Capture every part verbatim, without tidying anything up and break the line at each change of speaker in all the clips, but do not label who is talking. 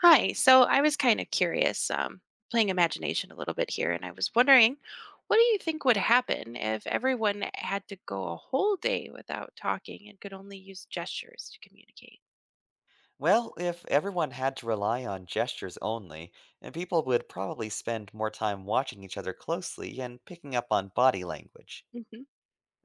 Hi. So I was kind of curious, um, playing imagination a little bit here, and I was wondering, what do you think would happen if everyone had to go a whole day without talking and could only use gestures to communicate?
Well, if everyone had to rely on gestures only, and people would probably spend more time watching each other closely and picking up on body language.
Hmm.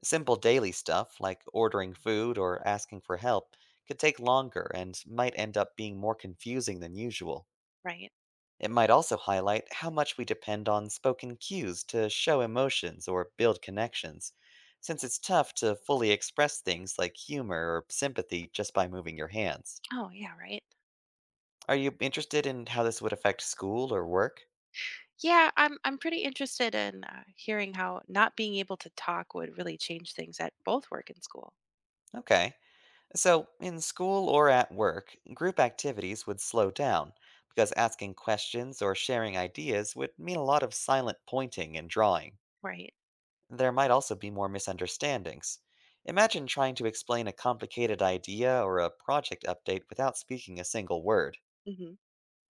Simple daily stuff, like ordering food or asking for help, could take longer and might end up being more confusing than usual.
Right.
It might also highlight how much we depend on spoken cues to show emotions or build connections, since it's tough to fully express things like humor or sympathy just by moving your hands.
Oh, yeah, right.
Are you interested in how this would affect school or work?
Yeah, I'm I'm pretty interested in uh, hearing how not being able to talk would really change things at both work and school.
Okay. So, in school or at work, group activities would slow down because asking questions or sharing ideas would mean a lot of silent pointing and drawing.
Right.
There might also be more misunderstandings. Imagine trying to explain a complicated idea or a project update without speaking a single word.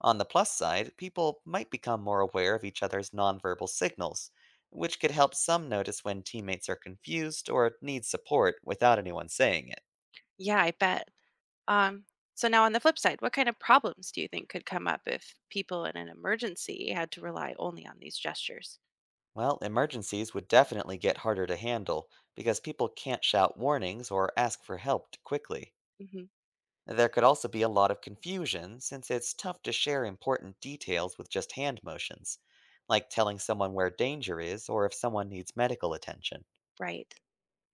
On the plus side, people might become more aware of each other's nonverbal signals, which could help some notice when teammates are confused or need support without anyone saying it.
Yeah, I bet. Um, so now on the flip side, what kind of problems do you think could come up if people in an emergency had to rely only on these gestures?
Well, emergencies would definitely get harder to handle because people can't shout warnings or ask for help t- quickly.
Hmm.
There could also be a lot of confusion since it's tough to share important details with just hand motions, like telling someone where danger is or if someone needs medical attention.
Right.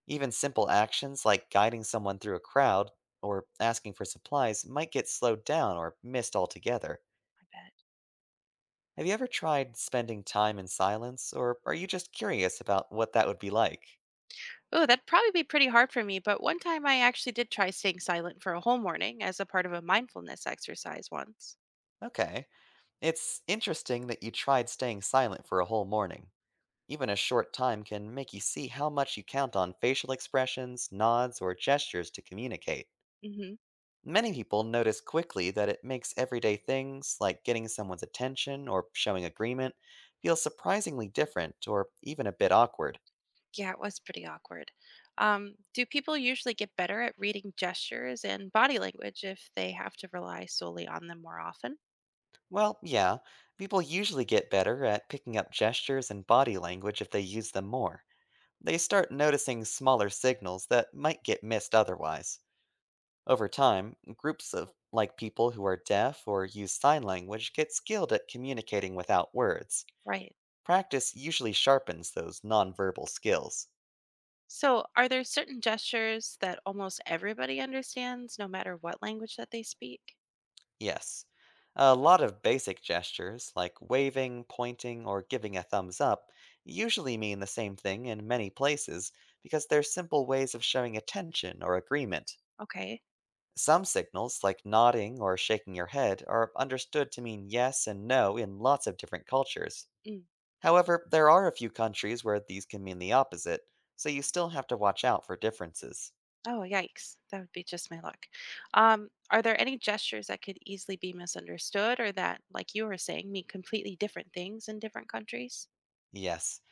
Even simple actions like guiding someone through a crowd or asking for supplies might get slowed down or missed altogether.
I bet.
Have you ever tried spending time in silence, or are you just curious about what that would be like?
Oh, that'd probably be pretty hard for me. But one time I actually did try staying silent for a whole morning as a part of a mindfulness exercise once.
Okay. It's interesting that you tried staying silent for a whole morning. Even a short time can make you see how much you count on facial expressions, nods, or gestures to communicate.
Hmm.
Many people notice quickly that it makes everyday things, like getting someone's attention or showing agreement, feel surprisingly different or even a bit awkward.
Yeah, it was pretty awkward. Um, do people usually get better at reading gestures and body language if they have to rely solely on them more often?
Well, yeah, people usually get better at picking up gestures and body language if they use them more. They start noticing smaller signals that might get missed otherwise. Over time, groups of like people who are deaf or use sign language get skilled at communicating without words.
Right.
Practice usually sharpens those nonverbal skills.
So, are there certain gestures that almost everybody understands, no matter what language that they speak?
Yes. A lot of basic gestures, like waving, pointing, or giving a thumbs up, usually mean the same thing in many places because they're simple ways of showing attention or agreement.
Okay.
Some signals, like nodding or shaking your head, are understood to mean yes and no in lots of different cultures.
Mm.
However, there are a few countries where these can mean the opposite, so you still have to watch out for differences.
Oh, yikes. That would be just my luck. Um, are there any gestures that could easily be misunderstood or that, like you were saying, mean completely different things in different countries?
Yes.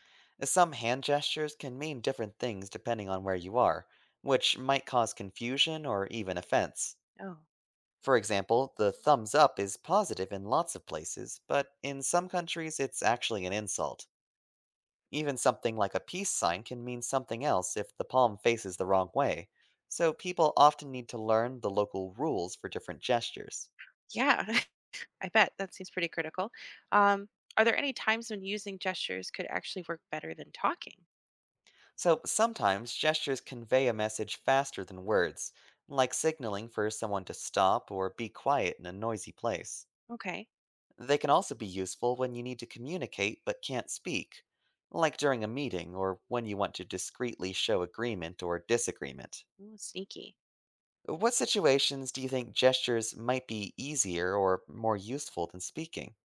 Some hand gestures can mean different things depending on where you are, which might cause confusion or even offense.
Oh,
For example, the thumbs up is positive in lots of places, but in some countries it's actually an insult. Even something like a peace sign can mean something else if the palm faces the wrong way, so people often need to learn the local rules for different gestures.
yeah. I bet that seems pretty critical. Um, are there any times when using gestures could actually work better than talking?
So sometimes gestures convey a message faster than words, like signaling for someone to stop or be quiet in a noisy place.
Okay.
They can also be useful when you need to communicate but can't speak, like during a meeting or when you want to discreetly show agreement or disagreement.
Ooh, sneaky.
What situations do you think gestures might be easier or more useful than speaking?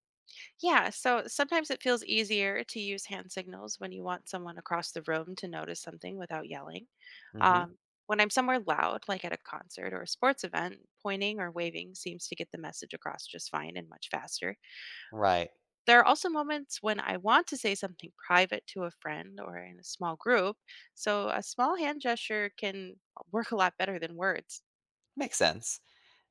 Yeah, so sometimes it feels easier to use hand signals when you want someone across the room to notice something without yelling.
Mm hmm.
Um, when I'm somewhere loud, like at a concert or a sports event, pointing or waving seems to get the message across just fine and much faster.
Right.
There are also moments when I want to say something private to a friend or in a small group, so a small hand gesture can work a lot better than words.
Makes sense.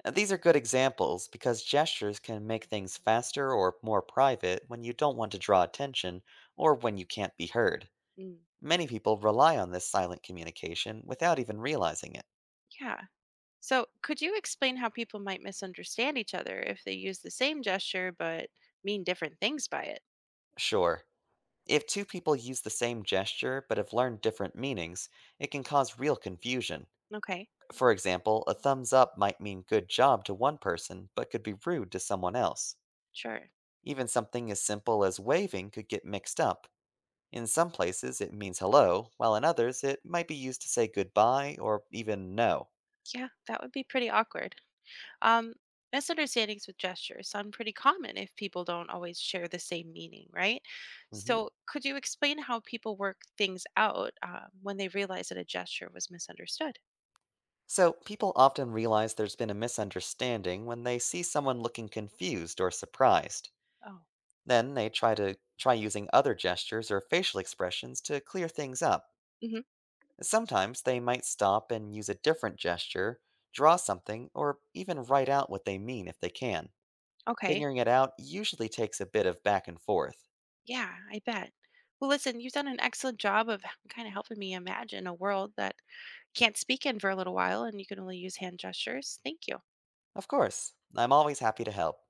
Uh, These are good examples because gestures can make things faster or more private when you don't want to draw attention or when you can't be heard.
Mm,
Many people rely on this silent communication without even realizing it.
yeah. So, could you explain how people might misunderstand each other if they use the same gesture but mean different things by it?
Sure, if two people use the same gesture but have learned different meanings, it can cause real confusion.
Okay,
For example, a thumbs up might mean good job to one person but could be rude to someone else.
sure.
Even something as simple as waving could get mixed up. In some places, it means hello, while in others, it might be used to say goodbye or even no.
Yeah, that would be pretty awkward. Um, misunderstandings with gestures sound pretty common if people don't always share the same meaning, right?
Hmm.
So, could you explain how people work things out uh, when they realize that a gesture was misunderstood?
So, people often realize there's been a misunderstanding when they see someone looking confused or surprised.
Oh.
Then they try to try using other gestures or facial expressions to clear things up.
Hmm.
Sometimes they might stop and use a different gesture, draw something, or even write out what they mean if they can.
Okay.
Figuring it out usually takes a bit of back and forth.
Yeah, I bet. Well, listen, you've done an excellent job of kind of helping me imagine a world that can't speak in for a little while and you can only use hand gestures. Thank you.
Of course, I'm always happy to help.